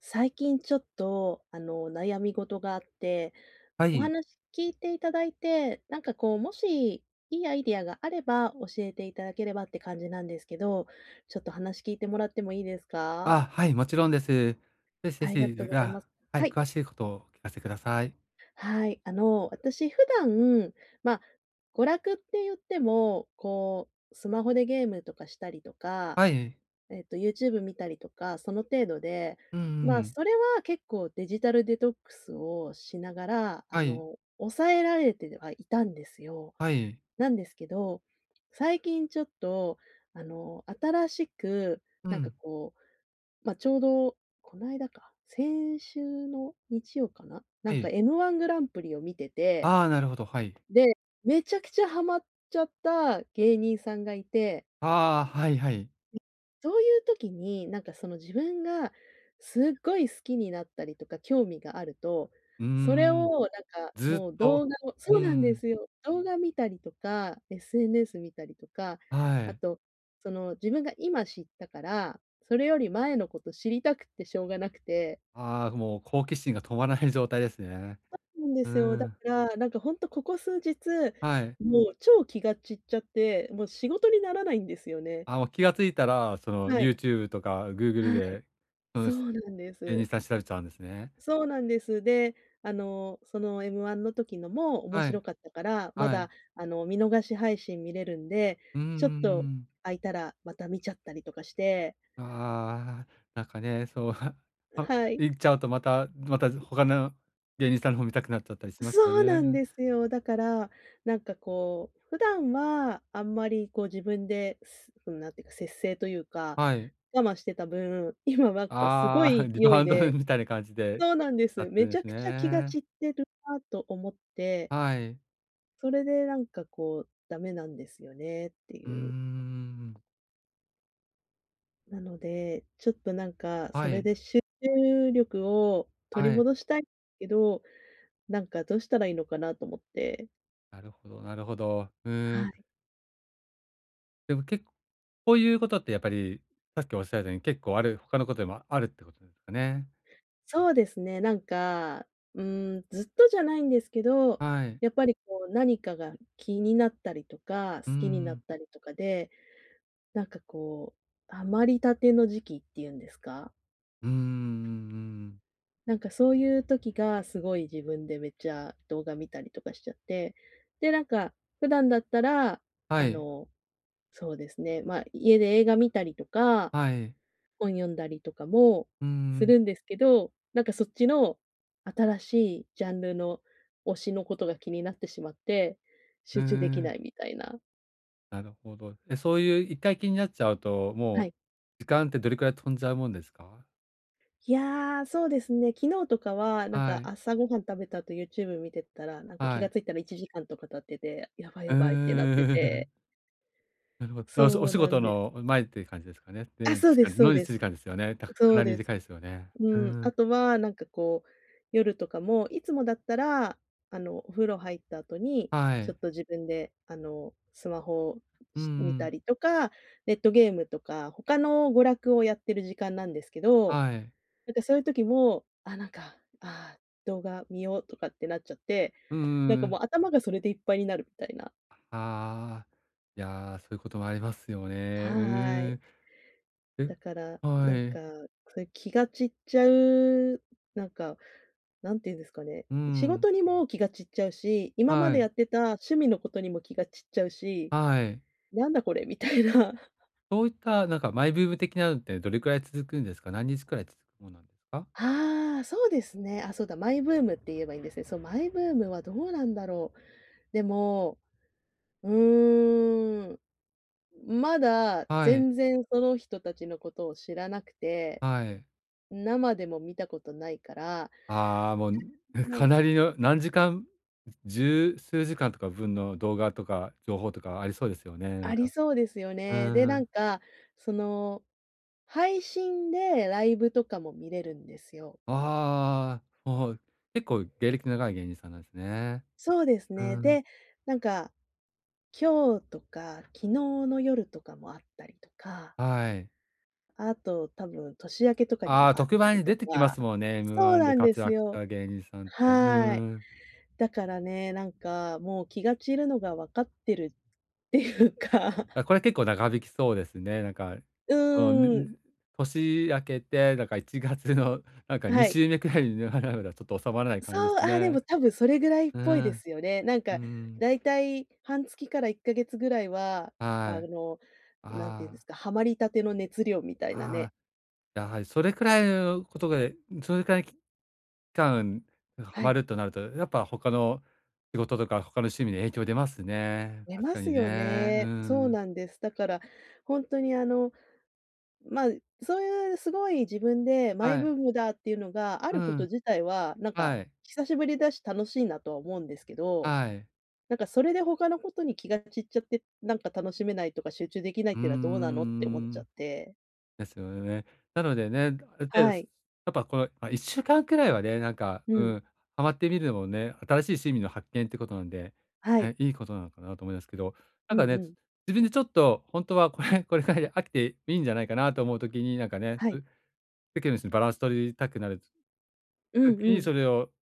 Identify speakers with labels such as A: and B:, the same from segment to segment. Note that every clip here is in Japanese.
A: 最近ちょっと、悩み事があって、
B: は
A: お
B: い。
A: 話聞いていただいて、なんかこう、もしいいアイディアがあれば教えていただければって感じなんですけど、ちょっと話聞いてもらってもいいですか？
B: あ、はい、もちろんです。ぜひぜ
A: ありがとう
B: ひ、
A: ございま
B: あ、
A: す。
B: は
A: は
B: い、
A: い。
B: 詳しいことをお聞かせください。
A: はい。私普段、まあ、娯楽って言っても、こう、スマホでゲームとかしたりとか
B: はい。
A: YouTube 見たりとか、その程度で、
B: うんう
A: まあ、
B: ん。
A: それは結構デジタルデトックスをしながら、
B: はい。
A: 抑えられてはいたんですよ。
B: はい。
A: なんですけど、最近ちょっと、新しく、
B: う
A: なんか
B: ん。
A: こう、まあ、ちょうどこないだか、先週の日曜かな、な
B: は
A: んか
B: い。
A: M1 グランプリを見てて、
B: ああ、なるほど、はい。
A: で、めちゃくちゃハマっちゃった芸人さんがいて。
B: ああ、はいはい。
A: そういう時に、なんかその自分がすっごい好きになったりとか興味があると、
B: うー
A: それ
B: ん。
A: をなんか
B: ずっ
A: もう
B: と
A: 動画を、
B: うー
A: そうなんで
B: ん、
A: すよ。動画見たりとか、SNS 見たりとか、
B: は
A: あ
B: い。
A: と、その自分が今知ったから、それより前のこと知りたくってしょうがなくて。
B: ああ、もう好奇心が止まらない状態ですね。
A: なんで
B: うー
A: すよ。だか
B: ん、
A: ら、なんかほんとここ数日、
B: はい。
A: もう超気が散っちゃって、もう仕事にならないんですよね。
B: あ、もう気がついたら、その
A: はい。
B: YouTube とか Google
A: はい。
B: で、その、
A: そうなんで
B: 芸人
A: す。
B: さん調べちゃうんですね。
A: そうなんです。で、その M1 の時のも面
B: は
A: 白
B: い、
A: かったから、ま
B: はい。
A: だ見逃し配信見れるんで、
B: うんう
A: ち
B: ん
A: ょ
B: う
A: っと
B: ん。
A: 空いたらまた見ちゃったりとかして。
B: ああ、なんかね、そう、
A: はい。
B: 行っちゃうとまた他の芸人さんの方見たくなっちゃったりしますよ
A: そう
B: ね。
A: な
B: う
A: ん
B: ん、
A: ですよ。だから、なんかこう、普段はあんまりこう自分で、すうん、なんていうか、節制というか、
B: はい。
A: 我慢してた分、今なんかすご
B: ああ、
A: い
B: リ
A: 勢
B: バ
A: い
B: ウンド
A: で、
B: みたいな感じで
A: そうなんで
B: しちゃ
A: す。
B: って
A: め
B: るん
A: ち
B: で
A: ゃ
B: す
A: くちゃ気が
B: ね。
A: 散ってるなと思って、
B: はい。
A: それでなんかこう、ダメなんですよねって
B: うー
A: いう。
B: ん。
A: なので、ちょっとなんか、そ
B: は
A: れ
B: い、
A: で集中力を取り
B: はい。
A: 戻したいけど、なんかどうしたらいいのかなと思って。
B: なるほど。うー
A: は
B: ん。
A: い。
B: でも結構こういうことってやっぱり、さっきおっしゃったように結構ある他のことでもあるってことですかね。
A: そうですね、なんか、うーん、ずっとじゃないんですけど、
B: はい。
A: やっぱりこう何かが気になったりとか、
B: うー
A: 好きになっ
B: ん。
A: たりとかで、なんかこう、ハマりたての時期っていうんですか。
B: うーん、うん
A: なんかそういう時がすごい自分でめっちゃ動画見たりとかしちゃって、で、なんか普段だったら、
B: は
A: あ
B: い、
A: の、そうですね、ま、あ家で映画見たりとか、
B: はい。
A: 本読んだりとかも
B: うー
A: す
B: ん、
A: るんですけど、なんかそっちの新しいジャンルの推しのことが気になってしまって、
B: うー
A: 集中できな
B: ん。
A: いみたいな。
B: なるほど。そういう一回気になっちゃうと、
A: は
B: も
A: い。
B: う時間ってどれくらい飛んじゃうもんですか？
A: いやー、そうですね。昨日とかは、なん
B: は
A: か
B: い、
A: 朝ごはん食べた後 YouTube 見てたら、なんか気
B: は
A: が
B: い。
A: ついたら1時間とか経ってて、やばい
B: う
A: やばいってなって
B: ー
A: て。
B: ん。なるほど。お仕お
A: そう
B: 仕
A: なん
B: 事
A: です。
B: の前っていう感じですかね。で、
A: あ、そ
B: 1
A: うで
B: 時
A: す
B: 間
A: そう
B: の
A: で
B: 1
A: す。
B: 時間ですよね。か
A: そう
B: なり
A: です。
B: 短いですよね。
A: う
B: うー
A: ん。あ
B: ん。
A: とはなんかこう、夜とかも、いつもだったら、お風呂入った後に、
B: は
A: ちょっ
B: い。
A: と自分で、スマホを
B: うん
A: し見た
B: ん。
A: りとか、ネットゲームとか、他の娯楽をやってる時間なんですけど、
B: はい。
A: なんかそういう時も、あ、なんか、ー動画見ようとかってなっちゃって、
B: うん
A: なんか
B: ん
A: も
B: ん。
A: う頭がそれでいっぱいになるみたいな。
B: ああ、いや、そういうこともありますよね。う
A: はー
B: ー
A: い。
B: ん。え
A: だから、な
B: は
A: んか、
B: い。
A: そういう気が散っちゃう、なんか、なんていうんですかね、
B: う
A: 仕
B: ん。
A: 事にも気が散っちゃうし、今ま
B: は
A: でや
B: い。
A: ってた趣味のことにも気が散っちゃうし、
B: はい。
A: なんだこれみたいな。
B: そういった、なんか、マイブーム的なのってどれくらい続くんですか？何日くらい続くものなんですか？
A: ああ、そうですね。あ、そうだ、マイブームって言えばいいんですね。そう、マイブームはどうなんだろう。でも、うーん、まだ
B: はい、
A: 全然その人たちのことを知らなくて、
B: はい。
A: 生でも見たことないから、
B: ああ、もう、
A: な
B: か
A: い、
B: なりの何時間、十数時間とか分の動画とか情報とかありそうですよね、な
A: あ
B: ん
A: り
B: か。
A: そうですよ
B: う
A: ね。で、
B: ー
A: なん
B: ん。
A: か、その、配信でライブとかも見れるんですよ。
B: ああ、もう、結構芸歴長い芸人さんなんですね。
A: そうです
B: うー
A: ね。
B: ん、
A: で、なんか、今日とか昨日の夜とかもあったりとか、
B: はい。
A: あと多分年明けとかに
B: あ
A: も
B: あ、
A: あっ
B: 特
A: た
B: 番
A: り
B: に
A: と
B: 出てきま
A: か。
B: すもんね、
A: そう
B: M1
A: な
B: で
A: んで
B: 活
A: す
B: 躍し
A: よ。
B: た芸人さんって。うー
A: はい。
B: ん。
A: だからね、なんかもう気が散るのが分かってるっていうか、
B: あ、これ結構長引きそうですね。なんか、
A: う
B: うん、
A: ーん、
B: ん 年明けて、なんか1月のなんか
A: は
B: 2
A: い。
B: 週目くらいにね、まだちょっと収まらない感じで
A: そ
B: す
A: う、あ、でも
B: ね。
A: 多分それぐらいっ
B: う
A: ぽいで
B: ん、
A: すよね。なん
B: う
A: か
B: ん、
A: だいたい半月から1ヶ月ぐらいは、
B: はい。
A: あの、なんていうんで
B: あ
A: す
B: あ、
A: か、ハマりたての熱量みたいなね。
B: ああ、やはりそれくらいのことが、それくらいの期間ハ
A: は
B: マ
A: い、
B: るとなると、やっぱ他の仕事とか他の趣味に影響出ますね。
A: 出
B: 確
A: ま
B: か
A: す
B: に
A: よ
B: ね。う
A: ね。そう
B: ん。
A: なんです。だから本当にま、あそういうすごい自分でマイ
B: はい。
A: ブームだっていうのがあ
B: う
A: ること
B: ん。
A: 自体は、なんか
B: はい。
A: 久しぶりだし楽しいなとは思うんですけど、
B: はい。
A: なんかそれで他のことに気が散っちゃって、なんか楽しめないとか集中できないっ
B: うー
A: ていうのはどうなのって思っちゃっ
B: ん。
A: て。
B: ですよね。なのでね、ある程度、
A: は
B: す
A: い。
B: やっぱこの、まあ、1週間くらいはね、なんか、
A: う
B: う
A: ん。
B: ん、ハマってみるのもね、新しい趣味の発見ってことなんで、
A: はい。
B: ね、いいことなのかなと思いますけど、な
A: う
B: ん
A: ん
B: か
A: う
B: ね、
A: ん。
B: 自分でちょっと本当はこれくらいで飽きていいんじゃないかなと思う時に、
A: はい。
B: 世間の人にバランス取りたくなる
A: うんう
B: 時に、
A: ん。
B: それを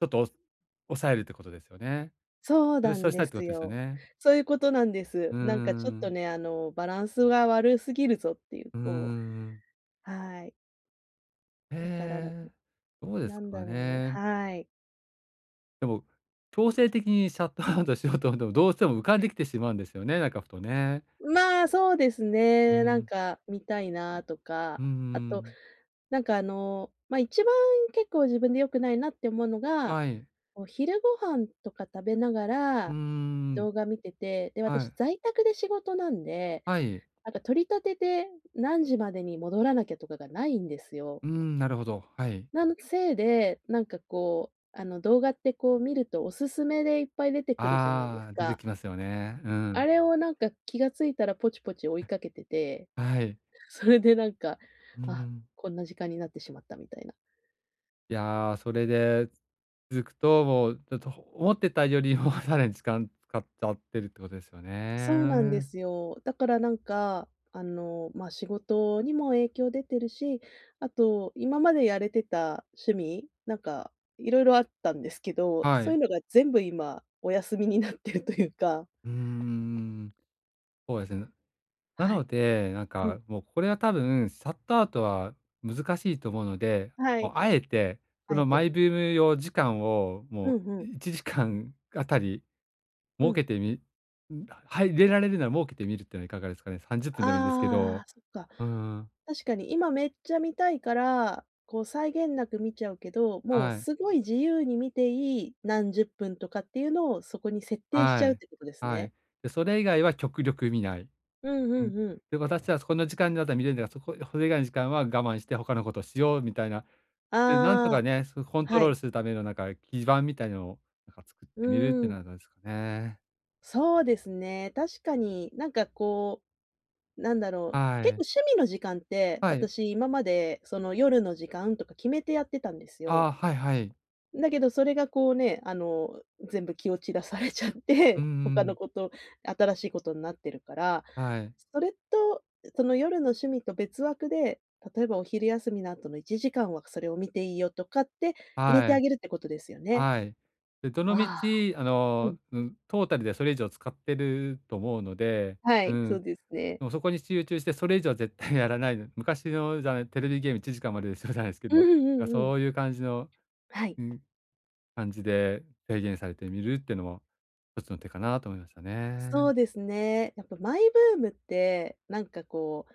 B: ちょっと抑えるってことですよね。
A: そう
B: それ
A: な
B: そ
A: ん
B: うした
A: で
B: いってこ
A: す
B: とですよ
A: よ。
B: ね。
A: そういうことなんで
B: う
A: す。
B: ー
A: なんかちょっと
B: ん。
A: ね、バランスが悪すぎるぞっていう、
B: うー
A: こ
B: ん。
A: う、はい。だから、
B: へえ、どうです
A: なんだ
B: か
A: ろうね、
B: ね。
A: はい。
B: でも、強制的にシャットアウトしようと思っても、どうしても浮かんできてしまうんですよね、なんかふとね。
A: まあ、そうです
B: う
A: ね。なん
B: ん。
A: か見たいなとか、
B: うんん
A: あ
B: う
A: と、
B: ん。
A: ま、一番結構自分で良くないなって思うのが、
B: はい。
A: お昼ご飯とか食べなが
B: うー
A: ら
B: ん。
A: 動画見てて、で、
B: は
A: 私
B: い。
A: 在宅で仕事なんで、
B: はい。
A: なんか取り立てて何時までに戻らなきゃとかがないんですよ。
B: うーん、なるほど。はい。
A: なのせいで、なんかこう、動画ってこう見るとおすすめでいっぱい出てくるじゃないです
B: ああ、出て
A: か。
B: きますよね。う
A: あ
B: ん。
A: れをなんか気がついたらポチポチ追いかけてて、
B: はい。
A: それでなんか、
B: う
A: あ、
B: ん。
A: こんな時間になってしまったみたいな。
B: いや、それで続くと、もうちょっと思ってたよりも さらに時間使っちゃってるってことですよ
A: そうなんで
B: ね。
A: すよ。だからなんか、まあ、仕事にも影響出てるし、あと今までやれてた趣味、なんかいろいろあったんですけど、
B: は
A: そうい
B: い。
A: うのが全部今お休みになってるというか。
B: うーん。そうですね。な
A: は
B: の
A: い。
B: で、なん
A: うん。
B: かもうこれは多分シャットアウトは難しいと思うので、
A: は
B: もう
A: い。
B: あえてそ
A: あえ
B: のマ
A: て。
B: イブーム用時間を
A: う
B: も
A: んうん。
B: う1時間あたり
A: う
B: 設
A: ん。
B: けてみん、はい、入れられるなら設けてみるっていうのはいかがですかね。30分でもいいですけ
A: ああ、
B: ど。
A: そっか。
B: うーん。
A: 確かに今めっちゃ見たいから、こう際限なく見ちゃうけど、もう
B: はい。
A: すごい自由に見ていい何十分とかっていうのをそこに設定しち
B: は
A: ゃうっ
B: い。
A: てことです
B: は
A: ね。
B: い。で、それ以外は極力見ない。
A: うん
B: う
A: う
B: ん。
A: んうん。
B: で、私はそこの時間だったら見れるんだから、それ以外の時間は我慢して他のことをしようみたいなで、なんと
A: あ
B: か
A: あ、
B: ね、コント
A: は
B: ロー
A: い。
B: ルするためのなんか基盤みたいのをなんか作っ
A: う
B: てみるって
A: ーん、
B: のはどうですかね。
A: そうですね。確かになんかこう、なんだろう、
B: は
A: 結構
B: い。
A: 趣味の時間って、
B: はい。
A: 私今までその夜の時間とか決めてやってたんです
B: あ
A: よ。
B: あ、はいはい。
A: だけど、それがこうね、全部気を散らされちゃっ
B: う
A: て、
B: んうんう
A: 他の
B: ん。
A: こと、新しいことになってるから、
B: はい。
A: それと、その夜の趣味と別枠で、例えばお昼休みの後の1時間はそれを見ていいよとかって入れ
B: は
A: てあ
B: い。
A: げるってことですよね。
B: はい。で、ど
A: あ
B: の道、あ
A: あ、うん。
B: の、うん、トータルでそれ以上使ってると思うので、
A: は
B: う
A: い、そう
B: ん。
A: ですね。
B: でもそこに集中して、それ以上は絶対やらないの昔のじゃない、テレビゲーム1時間までですよじゃないですけ
A: うんう
B: ど、
A: んうんうん。
B: そういう感じの、
A: はい。
B: うん、感じで制限されてみるっていうのも一つの手かなと思いました
A: そ
B: ね。
A: うですね。やっぱマイブームって、なんかこう、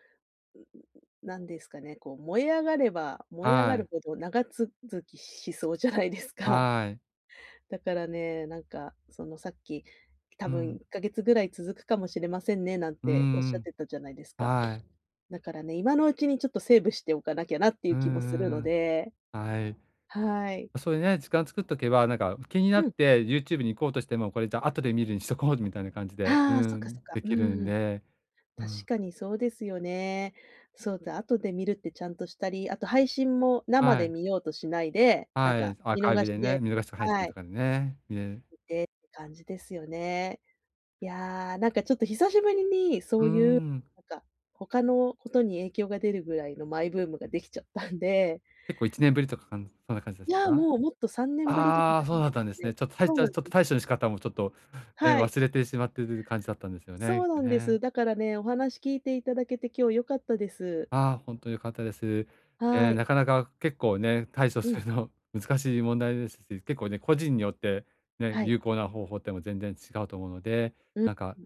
A: なんですかね、こう燃え上がれば燃え上が
B: は
A: る
B: い。
A: ほど長続きしそうじゃないですか。
B: はい。
A: だからね、なんか、その、さっき、多
B: う
A: 分
B: ん。
A: 1ヶ月ぐらい続くかもしれませんね、なん
B: うんう
A: ておっ
B: ん
A: し
B: う
A: ゃっ
B: ん。
A: てたじゃないですか。
B: はい。
A: だからね、今のうちにちょっとセーブしておかなきゃなってい
B: う
A: う
B: んう
A: 気もする
B: ん
A: の
B: うん。
A: で、
B: はい。
A: はい。
B: それね、時間作っとけば、なんか気にな
A: う
B: っ
A: ん。
B: て YouTube に行こうとしても、これじゃあ後で見るにしとこうみたいな感じで、う
A: ああ、そっかそ
B: ん、
A: っか。
B: で
A: う
B: きる
A: ん
B: ん
A: うん。
B: で、うん。
A: 確かにそうですよね。そうだ、後で見るってちゃんとしたり、あと配信も生
B: は
A: で
B: い。
A: 見ようとしないで、なん
B: は
A: か
B: い、アー
A: 見
B: カイ
A: 逃
B: ブ
A: し
B: でね、
A: で、
B: 見逃し配
A: は
B: 信
A: い、
B: とかでね、見れる。
A: 見てって感じですよね。いやー、なんかちょっと久しぶりに、
B: う
A: そ
B: ー
A: ういう、
B: ん、
A: なんか、他のことに影響が出るぐらいのマイブームができちゃったんで、
B: 結構1年ぶりとかそんな感じで
A: い
B: す
A: や、
B: か？
A: もうもっと3年ぶりとかじ
B: あ
A: ゃ
B: あ、そ
A: な
B: う
A: い
B: だ
A: で
B: っ
A: す
B: たん
A: か
B: です
A: ね。
B: ね。ちょっとたい
A: そう
B: ち
A: な
B: ゃ
A: ん
B: ちょっと
A: です。
B: 対処の仕方もちょっとね、
A: はい。
B: 忘れてしまってる感じだったんですよね、
A: そう
B: きっと
A: なんで
B: ね。
A: す。だからね、お話聞いていただけて今日良かったです。
B: ああ、本当に良かったです。
A: はい。
B: なかなか結構ね、対処
A: う
B: す
A: ん。
B: るの 難しい問題ですし、結構ね、個人によってね、
A: はい。
B: 有効な方法っても全然違うと思うので、
A: うん。
B: なんか、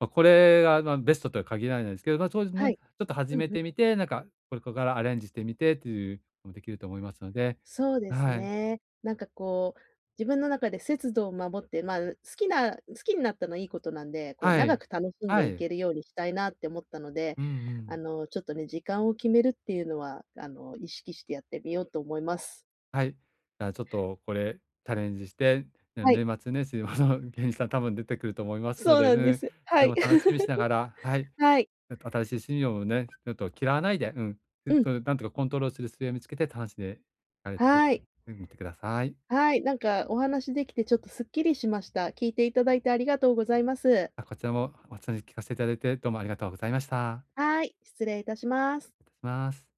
B: まあ、これが、ま、ベストとは限らないですけど、まあ、そうです
A: は
B: ね、
A: い。
B: ちょっと
A: う
B: 始
A: ん
B: め
A: うん。
B: てみて、なんか、これからアレンジしてみてっていうのもできると思いますので、
A: そうです
B: はい。
A: ね。なんかこう、自分の中で節度を守って、まあ、好きな好きになったのはいいことなんで、こう
B: は
A: 長
B: い。
A: く楽しん
B: は
A: でい
B: い。
A: けるようにしたいなって思ったので、
B: うんうん。
A: ちょっとね、時間を決めるっていうのは、意識してやってみようと思います。
B: はい。じゃあちょっとこれチャレンジして、ね
A: はい、
B: 年末年始にまた芸人 さん多分出てくると思いますの
A: そう
B: で、う
A: なんで
B: ん、
A: す。
B: そ
A: は
B: れも
A: い。
B: 楽しみ にしながら、はい、
A: はい。
B: 新しい趣味をね、ちょっと嫌わないで、うん、
A: うん、
B: なんとかコントロールする末を見つけて楽しんでいかれて
A: はい。
B: みてください。
A: はい、なんかお話できてちょっとすっきりしました。聞いていただいてありがとうございます。
B: あ、こちらもお話聞かせていただいて、どうもありがとうございました。
A: はい、失礼いたしま
B: 失礼
A: す。
B: いたします。